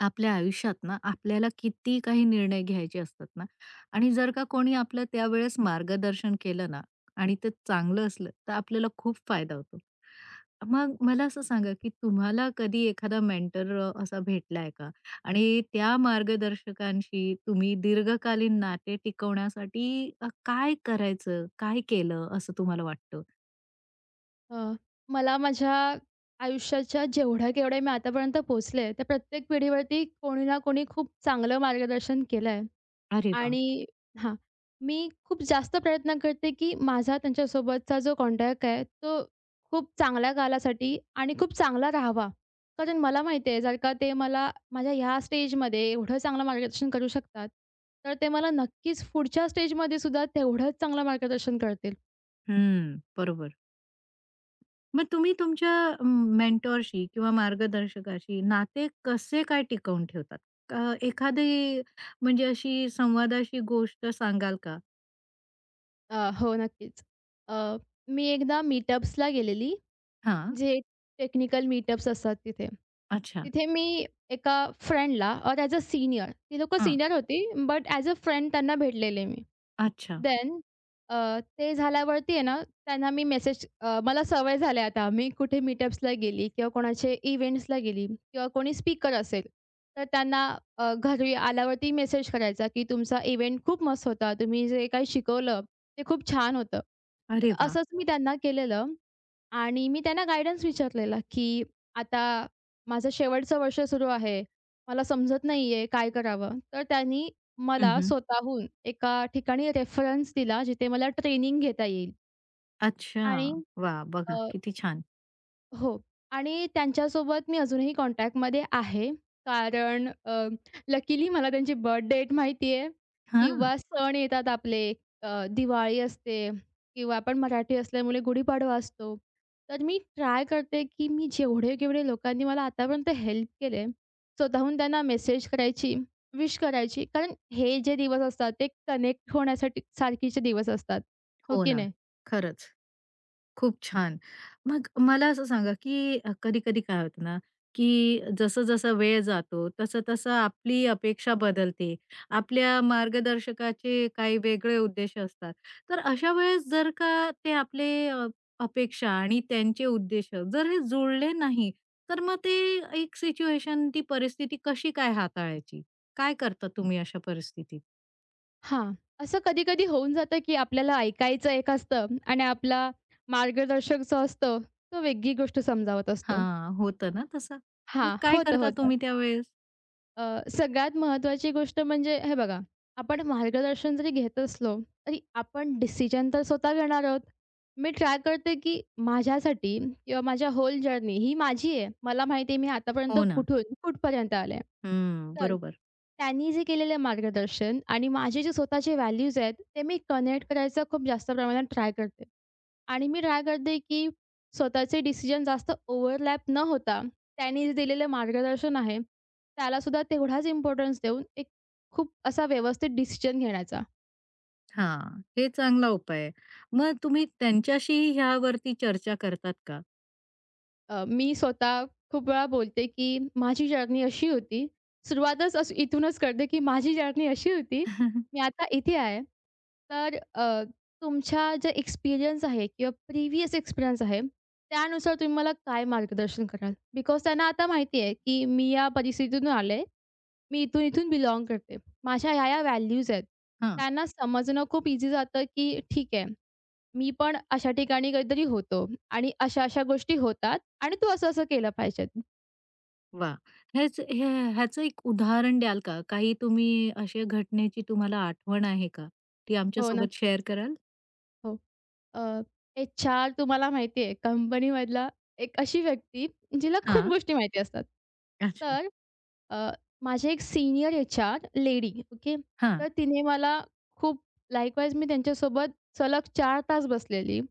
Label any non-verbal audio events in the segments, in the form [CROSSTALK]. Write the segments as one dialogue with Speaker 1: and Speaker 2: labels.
Speaker 1: आपल्या आयुष्यात ना आपल्याला किती काही निर्णय घ्यायचे असतात ना आणि जर का कोणी आपलं त्यावेळेस मार्गदर्शन केलं ना आणि ते चांगलं असलं तर आपल्याला खूप फायदा होतो. मग मला असं सांगा, की तुम्हाला कधी एखादा मेंटर असा भेटलाय का? आणि त्या मार्गदर्शकांशी तुम्ही दीर्घकालीन नाते टिकवण्यासाठी काय करायचं, काय केलं असं तुम्हाला वाटतं?
Speaker 2: अ, मला माझ्या आयुष्याच्या जेवढ्या केवढ्या मी आतापर्यंत पोहोचले, त्या प्रत्येक पिढीवरती कोणी ना कोणी खूप चांगलं मार्गदर्शन केलंय
Speaker 1: अरे वाह!
Speaker 2: आणि हां, मी खूप जास्त प्रयत्न करते, की माझा त्यांच्यासोबतचा जो कॉन्टॅक्ट आहे, तो खूप चांगल्या कालासाठी आणि खूप चांगला राहावा. कारण मला माहिती आहे, जर का ते मला माझ्या ह्या स्टेजमध्ये एवढं चांगलं मार्गदर्शन करू शकतात, तर ते मला नक्कीच पुढच्या स्टेजमध्ये सुद्धा तेवढंच चांगलं मार्गदर्शन करतील.
Speaker 1: हं, बरोबर. मग तुम्ही तुमच्या मेंटॉरशी किंवा मार्गदर्शकाशी नाते कसे काय टिकवून ठेवतात? एखादी म्हणजे अशी संवादाची गोष्ट सांगाल का?
Speaker 2: हो, नक्कीच. अ, मी एकदा मीटअप्सला गेलेली,
Speaker 1: हां.
Speaker 2: जे टेक्निकल मीटअप्स असतात तिथे.
Speaker 1: अच्छा.
Speaker 2: तिथे मी एका फ्रेंडला और ॲज अ सीनियर ती लोकं
Speaker 1: हां.
Speaker 2: सीनियर होती, बट ॲज अ फ्रेंड त्यांना भेटलेले मी.
Speaker 1: अच्छा.
Speaker 2: देन ते झाल्यावरती आहे ना, त्यांना मी मला सवय झाली आता मी कुठे मीटअप्सला गेली किंवा कोणाचे इव्हेंट्सला गेली किंवा कोणी स्पीकर असेल, तर त्यांना घरी आल्यावरती मेसेज करायचा, की तुमचा इव्हेंट खूप मस्त होता. तुम्ही जे काही शिकवलं, ते खूप छान होतं.
Speaker 1: अरे वाह!
Speaker 2: असंच मी त्यांना केलेलं आणि मी त्यांना गाईडन्स विचारलेला, की "आता माझं शेवटचं वर्ष सुरू आहे. मला समजत नाहीये काय करावं?" तर त्यांनी
Speaker 1: हं,
Speaker 2: मला
Speaker 1: हं.
Speaker 2: स्वतःहून एका ठिकाणी रेफरन्स दिला जिथे मला ट्रेनिंग घेता येईल
Speaker 1: अच्छा.
Speaker 2: आणि
Speaker 1: वाह! बघा किती छान.
Speaker 2: हो, आणि त्यांच्यासोबत मी अजूनही कॉन्टॅक्टमध्ये आहे. कारण लकीली मला त्यांची बर्थ डेट माहिती आहे
Speaker 1: हां.
Speaker 2: किंवा सण येतात आपले, दिवाळी असते किंवा आपण मराठी असल्यामुळे गुढीपाडवा असतो. तर मी ट्राय करते, की मी जेवढे-केवढे लोकांनी मला आतापर्यंत हेल्प केले, स्वतःहून त्यांना मेसेज करायची, विश करायची. कारण हे जे दिवस असतात ते कनेक्ट होण्यासाठी सारखीचे दिवस असतात. हो
Speaker 1: हो
Speaker 2: की
Speaker 1: ना.
Speaker 2: नाही?
Speaker 1: खरंच. खूप छान. मग मला असं सांगा, की कधी-कधी काय होतं ना, की जसं-जसा वेळ जातो, तसं-तसं आपली अपेक्षा बदलते. आपल्या मार्गदर्शकाचे काही वेगळे उद्देश असतात. तर अशा वेळेस जर का ते आपले अपेक्षा आणि त्यांचे उद्देश जर हे जुळले नाही, तर मग ते एक सिच्युएशन, ती परिस्थिती कशी काय हाताळायची? काय करता तुम्ही अशा परिस्थितीत?
Speaker 2: हां. असं कधी-कधी होऊन जातं, की आपल्याला ऐकायचं एक असतं आणि आपला मार्गदर्शक जो असतो, तो वेगळी गोष्ट समजावत असतो.
Speaker 1: हां, होतं ना तसं. मग
Speaker 2: हां,
Speaker 1: काय
Speaker 2: होतं,
Speaker 1: करता
Speaker 2: होतं.
Speaker 1: तुम्ही त्यावेळेस?
Speaker 2: अ, सगळ्यात महत्त्वाची गोष्ट म्हणजे हे बघा, आपण मार्गदर्शन जरी घेत असलो, तरी आपण डिसिजन तर स्वतः घेणार आहोत. मी ट्राय करते, की माझ्यासाठी किंवा माझ्या होल जर्नी ही माझी आहे. मला माहिती आहे मी आतापर्यंत
Speaker 1: हो ना.
Speaker 2: कुठून कुठपर्यंत आले.
Speaker 1: हं,
Speaker 2: तर
Speaker 1: बरोबर.
Speaker 2: त्यांनी जे केलेलं मार्गदर्शन आणि माझे जे स्वतःचे व्हॅल्यूज आहेत, ते मी कनेक्ट करायचा खूप जास्त प्रमाणात ट्राय करते. आणि मी ट्राय करते, की स्वतःचे डिसिजन जास्त ओव्हरलॅप न होता, त्यांनी जे दिलेलं मार्गदर्शन आहे, त्यालासुद्धा तेवढाच इम्पोर्टन्स देऊन एक खूप असा व्यवस्थित डिसिजन घेण्याचा.
Speaker 1: हां, हे चांगला उपाय आहे. मग तुम्ही त्यांच्याशी ह्यावरती चर्चा करतात का?
Speaker 2: मी स्वतः खूप वेळा बोलते, की माझी जर्नी अशी होती. सुरुवातच असं इथूनच करते, की माझी जर्नी अशी होती. मी
Speaker 1: [LAUGHS]
Speaker 2: आता इथे आहे. तर अ, तुमच्या जे एक्सपिरियन्स आहे किंवा प्रिव्हियस एक्सपिरियन्स आहे, त्यानुसार तुम्ही मला काय मार्गदर्शन कराल? बिकॉज त्यांना आता माहिती आहे, की मी या परिस्थितीतून आले. मी इथून-इथून बिलॉन्ग करते. माझ्या ह्या-ह्या व्हॅल्यूज आहेत.
Speaker 1: हां,
Speaker 2: त्यांना समजणं खूप ईझी जातं, की ठीक आहे, मी पण अशा ठिकाणी कधीतरी होतो आणि अशा-अशा गोष्टी होतात आणि तू असं-असं केलं पाहिजे.
Speaker 1: वाह! ह्याच ह्या ह्याचं एक उदाहरण द्याल का? काही तुम्ही अशा घटनेची तुम्हाला आठवण आहे का? ती
Speaker 2: हो,
Speaker 1: आमच्यासोबत शेअर
Speaker 2: नक्कीच.
Speaker 1: कराल?
Speaker 2: हो. अ, एच-आर तुम्हाला माहिती आहे कंपनीमधला, एक अशी व्यक्ती जिला खूप
Speaker 1: हां,
Speaker 2: गोष्टी माहिती असतात.
Speaker 1: अच्छा.
Speaker 2: तर अ, माझे एक सीनियर एचआर लेडी, ओके.
Speaker 1: हां,
Speaker 2: तर तिने मला खूप लाइकवाईज, मी त्यांच्यासोबत सलग 4 तास बसलेली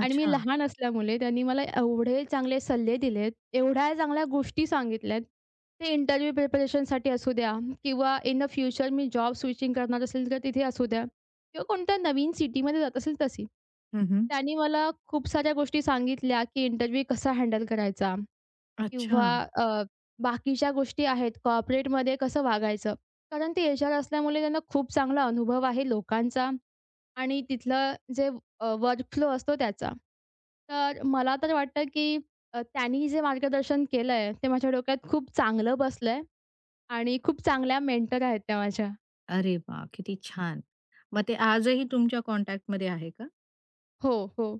Speaker 2: आणि मी
Speaker 1: अच्छा.
Speaker 2: लहान असल्यामुळे त्यांनी मला एवढे चांगले सल्ले दिलेत, एवढ्या चांगल्या गोष्टी सांगितल्यात. ते इंटरव्ह्यू प्रिपरेशनसाठी असू द्या किंवा इन द फ्युचर मी जॉब स्विचिंग करणार असेल तर तिथे असू द्या किंवा कोणत्या नवीन सिटीमध्ये जात असेल तशी.
Speaker 1: हं, हं.
Speaker 2: त्यांनी मला खूप साऱ्या गोष्टी सांगितल्या, की इंटरव्ह्यू कसा हँडल करायचा.
Speaker 1: अच्छा.
Speaker 2: किंवा अ, बाकीच्या गोष्टी आहेत कॉर्पोरेटमध्ये कसं वागायचं. कारण ते एच-आर असल्यामुळे त्यांना खूप चांगला अनुभव आहे लोकांचा आणि तिथलं जे वर्कफ्लो असतो त्याचा. तर मला तर वाटतं की त्यांनी जे मार्गदर्शन केलंय ते माझ्या डोक्यात खूप चांगलं बसलंय आणि खूप चांगल्या मेंटर आहेत त्या माझ्या.
Speaker 1: अरे वाह! किती छान. मग ते आजही तुमच्या कॉन्टॅक्टमध्ये आहे का?
Speaker 2: हो, हो.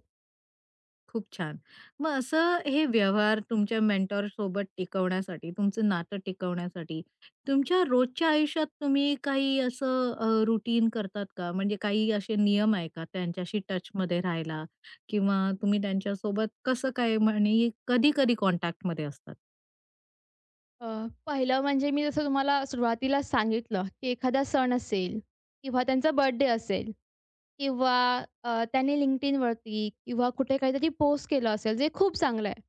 Speaker 1: खूप छान. मग असं हे व्यवहार तुमच्या मेंटॉर सोबत टिकवण्यासाठी, तुमचं नातं टिकवण्यासाठी, तुमच्या रोजच्या आयुष्यात तुम्ही काही असं रूटीन करतात का? म्हणजे काही असे नियम आहे का त्यांच्याशी टचमध्ये राहायला किंवा तुम्ही त्यांच्यासोबत कसं काय म्हणे कधी-कधी कॉन्टॅक्टमध्ये असतात?
Speaker 2: अ, पहिलं म्हणजे मी जसं तुम्हाला सुरुवातीला सांगितलं की एखादा सण असेल किंवा त्यांचा बर्थडे असेल किंवा त्याने LinkedInवरती किंवा कुठे काहीतरी पोस्ट केलं असेल, जे खूप चांगलं आहे.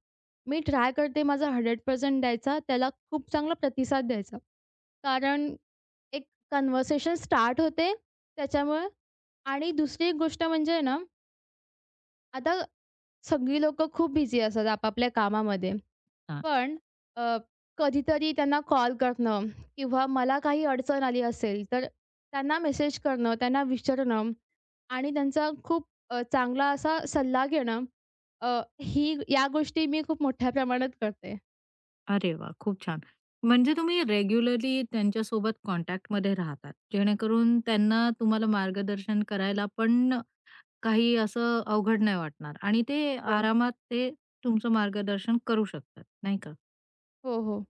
Speaker 2: मी ट्राय करते माझा 100% द्यायचा, त्याला खूप चांगला प्रतिसाद द्यायचा. कारण एक कन्व्हर्सेशन स्टार्ट होते त्याच्यामुळे. आणि दुसरी एक गोष्ट म्हणजे ना, आता सगळी लोकं खूप बिझी असतात आपापल्या कामामध्ये.
Speaker 1: हां.
Speaker 2: पण अ, कधीतरी त्यांना कॉल करणं किंवा मला काही अडचण आली असेल, तर त्यांना मेसेज करणं, त्यांना विचारणं आणि त्यांचा खूप चांगला असा सल्ला घेणं, ही या गोष्टी मी खूप मोठ्या प्रमाणात करते.
Speaker 1: अरे वाह! खूप छान. म्हणजे तुम्ही रेग्युलरली त्यांच्यासोबत कॉन्टॅक्टमध्ये राहतात. जेणेकरून त्यांना तुम्हाला मार्गदर्शन करायला पण काही असं अवघड नाही वाटणार आणि ते
Speaker 2: हो.
Speaker 1: आरामात ते तुमचं मार्गदर्शन करू शकतात, नाही का?
Speaker 2: हो, हो.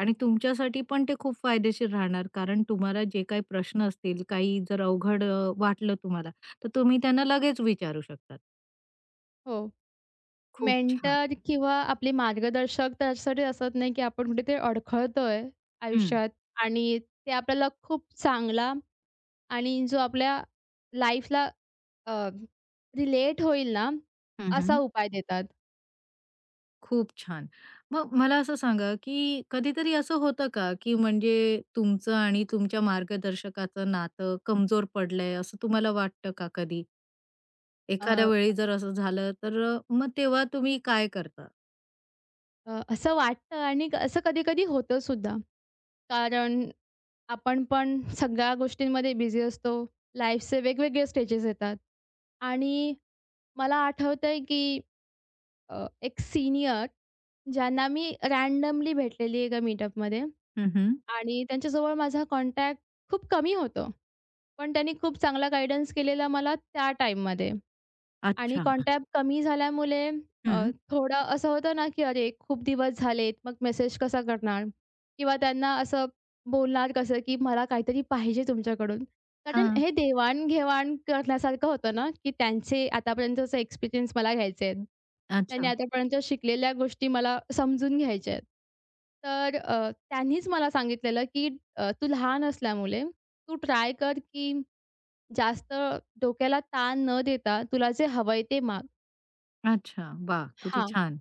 Speaker 1: आणि तुमच्यासाठी पण ते खूप फायदेशीर राहणार कारण तुम्हाला जे काही प्रश्न असतील, काही जर अवघड वाटलं तुम्हाला, तर तुम्ही त्यांना लगेच विचारू शकतात.
Speaker 2: हो.
Speaker 1: खूप छान.
Speaker 2: मेंटर किंवा आपले मार्गदर्शक त्यासाठी असत नाही, की आपण कुठेतरी अडखळतोय
Speaker 1: हं.
Speaker 2: आयुष्यात आणि ते आपल्याला खूप चांगला आणि जो आपल्या लाईफला रिलेट होईल ना,
Speaker 1: हं, हं.
Speaker 2: असा उपाय देतात.
Speaker 1: खूप छान. मग मला असं सांगा, की कधीतरी असं होतं का, की म्हणजे तुमचं आणि तुमच्या मार्गदर्शकाचं नातं कमजोर पडलंय, असं तुम्हाला वाटतं का कधी? एखाद्या
Speaker 2: अ,
Speaker 1: वेळी जर असं झालं, तर मग तेव्हा तुम्ही काय करता?
Speaker 2: अ, असं वाटतं आणि असं कधी-कधी होतं सुद्धा. कारण आपण पण सगळ्या गोष्टींमध्ये बिझी असतो. लाईफचे वेगवेगळे स्टेजेस येतात आणि मला आठवतंय की एक सीनियर ज्यांना मी रँडमली भेटलेली एका मीटअपमध्ये
Speaker 1: हं, हं.
Speaker 2: आणि त्यांच्याजवळ माझा कॉन्टॅक्ट खूप कमी होतो. पण त्यांनी खूप चांगला गाईडन्स केलेला मला त्या टाईममध्ये. आणि
Speaker 1: अच्छा.
Speaker 2: कॉन्टॅक्ट कमी झाल्यामुळे अ,
Speaker 1: हं.
Speaker 2: थोडं असं होतं ना, की "अरे, खूप दिवस झालेत, मग मेसेज कसा करणार?" किंवा त्यांना असं बोलणार कसं, की "मला काहीतरी पाहिजे तुमच्याकडून." कारण
Speaker 1: हां.
Speaker 2: हे देवाण करण्यासारखं होतं ना, की त्यांचे आतापर्यंतचे एक्सपिरियन्स मला घ्यायचे आहेत. त्यांनी
Speaker 1: अच्छा.
Speaker 2: आतापर्यंत शिकलेल्या गोष्टी मला समजून घ्यायच्या आहेत. तर त्यांनीच मला सांगितलेलं, की "तू लहान असल्यामुळे तू ट्राय कर, की जास्त डोक्याला ताण न देता तुला जे हवंय ते माग."
Speaker 1: अच्छा. वाह! किती
Speaker 2: हां,
Speaker 1: छान.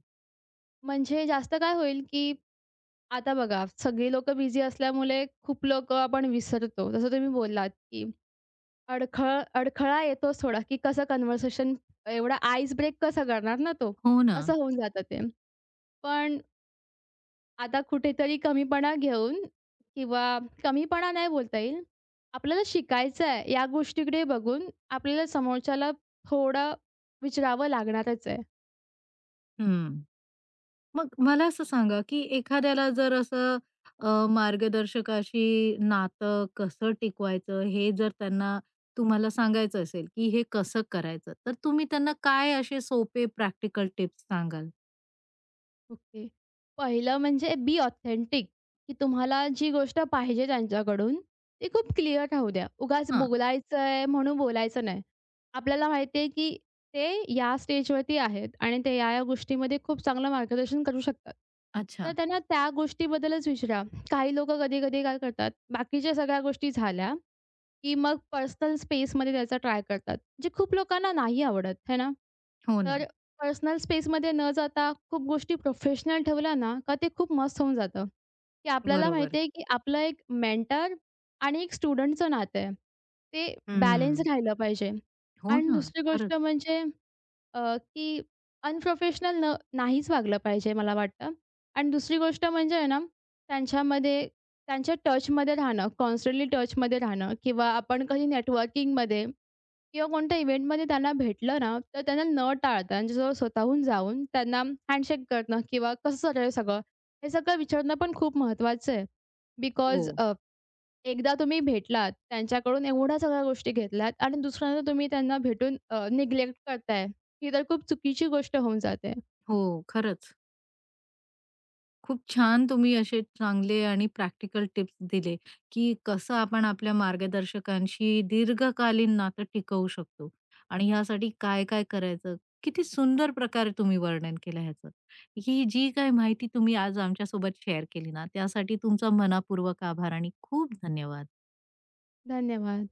Speaker 2: म्हणजे जास्त काय होईल, की आता बघा सगळी लोकं बिझी असल्यामुळे खूप लोकं आपण विसरतो. जसं तुम्ही बोललात, की अडखळ अडखळा येतोच थोडा, की कसं कन्व्हर्सेशन, एवढा आईस ब्रेक कसा करणार ना तो,
Speaker 1: हो ना.
Speaker 2: असं होऊन जातं ते. पण आता कुठेतरी कमीपणा घेऊन, किंवा कमीपणा नाही बोलता येईल. आपल्याला शिकायचं आहे या गोष्टीकडे बघून आपल्याला समोरच्याला थोडं विचारावं लागणारच आहे.
Speaker 1: हं. मग मला असं सांगा, की एखाद्याला जर असं मार्गदर्शकाशी नातं कसं टिकवायचं, हे जर त्यांना तुम्हाला सांगायचं असेल, की हे कसं करायचं, तर तुम्ही त्यांना काय असे सोपे प्रॅक्टिकल टिप्स सांगाल?
Speaker 2: ओके. पहिलं म्हणजे बी ऑथेंटिक, की तुम्हाला जी गोष्ट पाहिजे त्यांच्याकडून ती खूप क्लिअर राहू द्या. उगाच
Speaker 1: हां.
Speaker 2: बोलायचंय म्हणून बोलायचं नाही. आपल्याला माहिती आहे, की ते या स्टेजवरती आहेत आणि ते या-या गोष्टीमध्ये खूप चांगलं मार्गदर्शन करू शकतात. तर
Speaker 1: अच्छा.
Speaker 2: त्यांना त्या गोष्टीबद्दलच विचारा. काही लोकं कधी-कधी काय करतात, बाकीच्या सगळ्या गोष्टी झाल्या, की मग पर्सनल स्पेसमध्ये त्याचा ट्राय करतात. जे खूप लोकांना नाही आवडत, है ना?
Speaker 1: हो ना.
Speaker 2: तर पर्सनल स्पेसमध्ये न जाता खूप गोष्टी प्रोफेशनल ठेवल्या ना, का ते खूप मस्त होऊन जातं, की आपल्याला
Speaker 1: बरोबर.
Speaker 2: माहिती आहे की आपलं एक मेंटर आणि एक स्टुडंटचं नातं आहे. ते बॅलन्स
Speaker 1: हं.
Speaker 2: राहिलं पाहिजे.
Speaker 1: हो
Speaker 2: आणि
Speaker 1: ना.
Speaker 2: दुसरी गोष्ट
Speaker 1: खरंच.
Speaker 2: म्हणजे की अनप्रोफेशनल नाहीच वागलं पाहिजे मला वाटतं. आणि दुसरी गोष्ट म्हणजे आहे ना, त्यांच्यामध्ये त्यांच्या टचमध्ये राहणं, कॉन्स्टंटली टचमध्ये राहणं किंवा आपण कधी नेटवर्किंगमध्ये किंवा कोणत्या इव्हेंटमध्ये त्यांना भेटलं ना, तर त्यांना न टाळता त्यांच्याजवळ स्वतःहून जाऊन त्यांना हँडशेक करणं किंवा कसं चालू आहे सगळं, हे सगळं विचारणं पण खूप महत्त्वाचं आहे. बिकॉज
Speaker 1: हो.
Speaker 2: एकदा तुम्ही भेटलात, त्यांच्याकडून एवढ्या सगळ्या गोष्टी घेतल्यात आणि दुसऱ्यांदा तुम्ही त्यांना भेटून निग्लेक्ट करताय, ही तर खूप चुकीची गोष्ट होऊन जाते.
Speaker 1: हो, खरंच. खूप छान तुम्ही असे चांगले आणि प्रॅक्टिकल टिप्स दिले, की कसं आपण आपल्या मार्गदर्शकांशी दीर्घकालीन नातं टिकवू शकतो आणि ह्यासाठी काय-काय करायचं. किती सुंदर प्रकारे तुम्ही वर्णन केलं ह्याचं. ही जी काय माहिती तुम्ही आज आमच्यासोबत शेअर केली ना, त्यासाठी तुमचा मनःपूर्वक आभार आणि खूप धन्यवाद.
Speaker 2: धन्यवाद.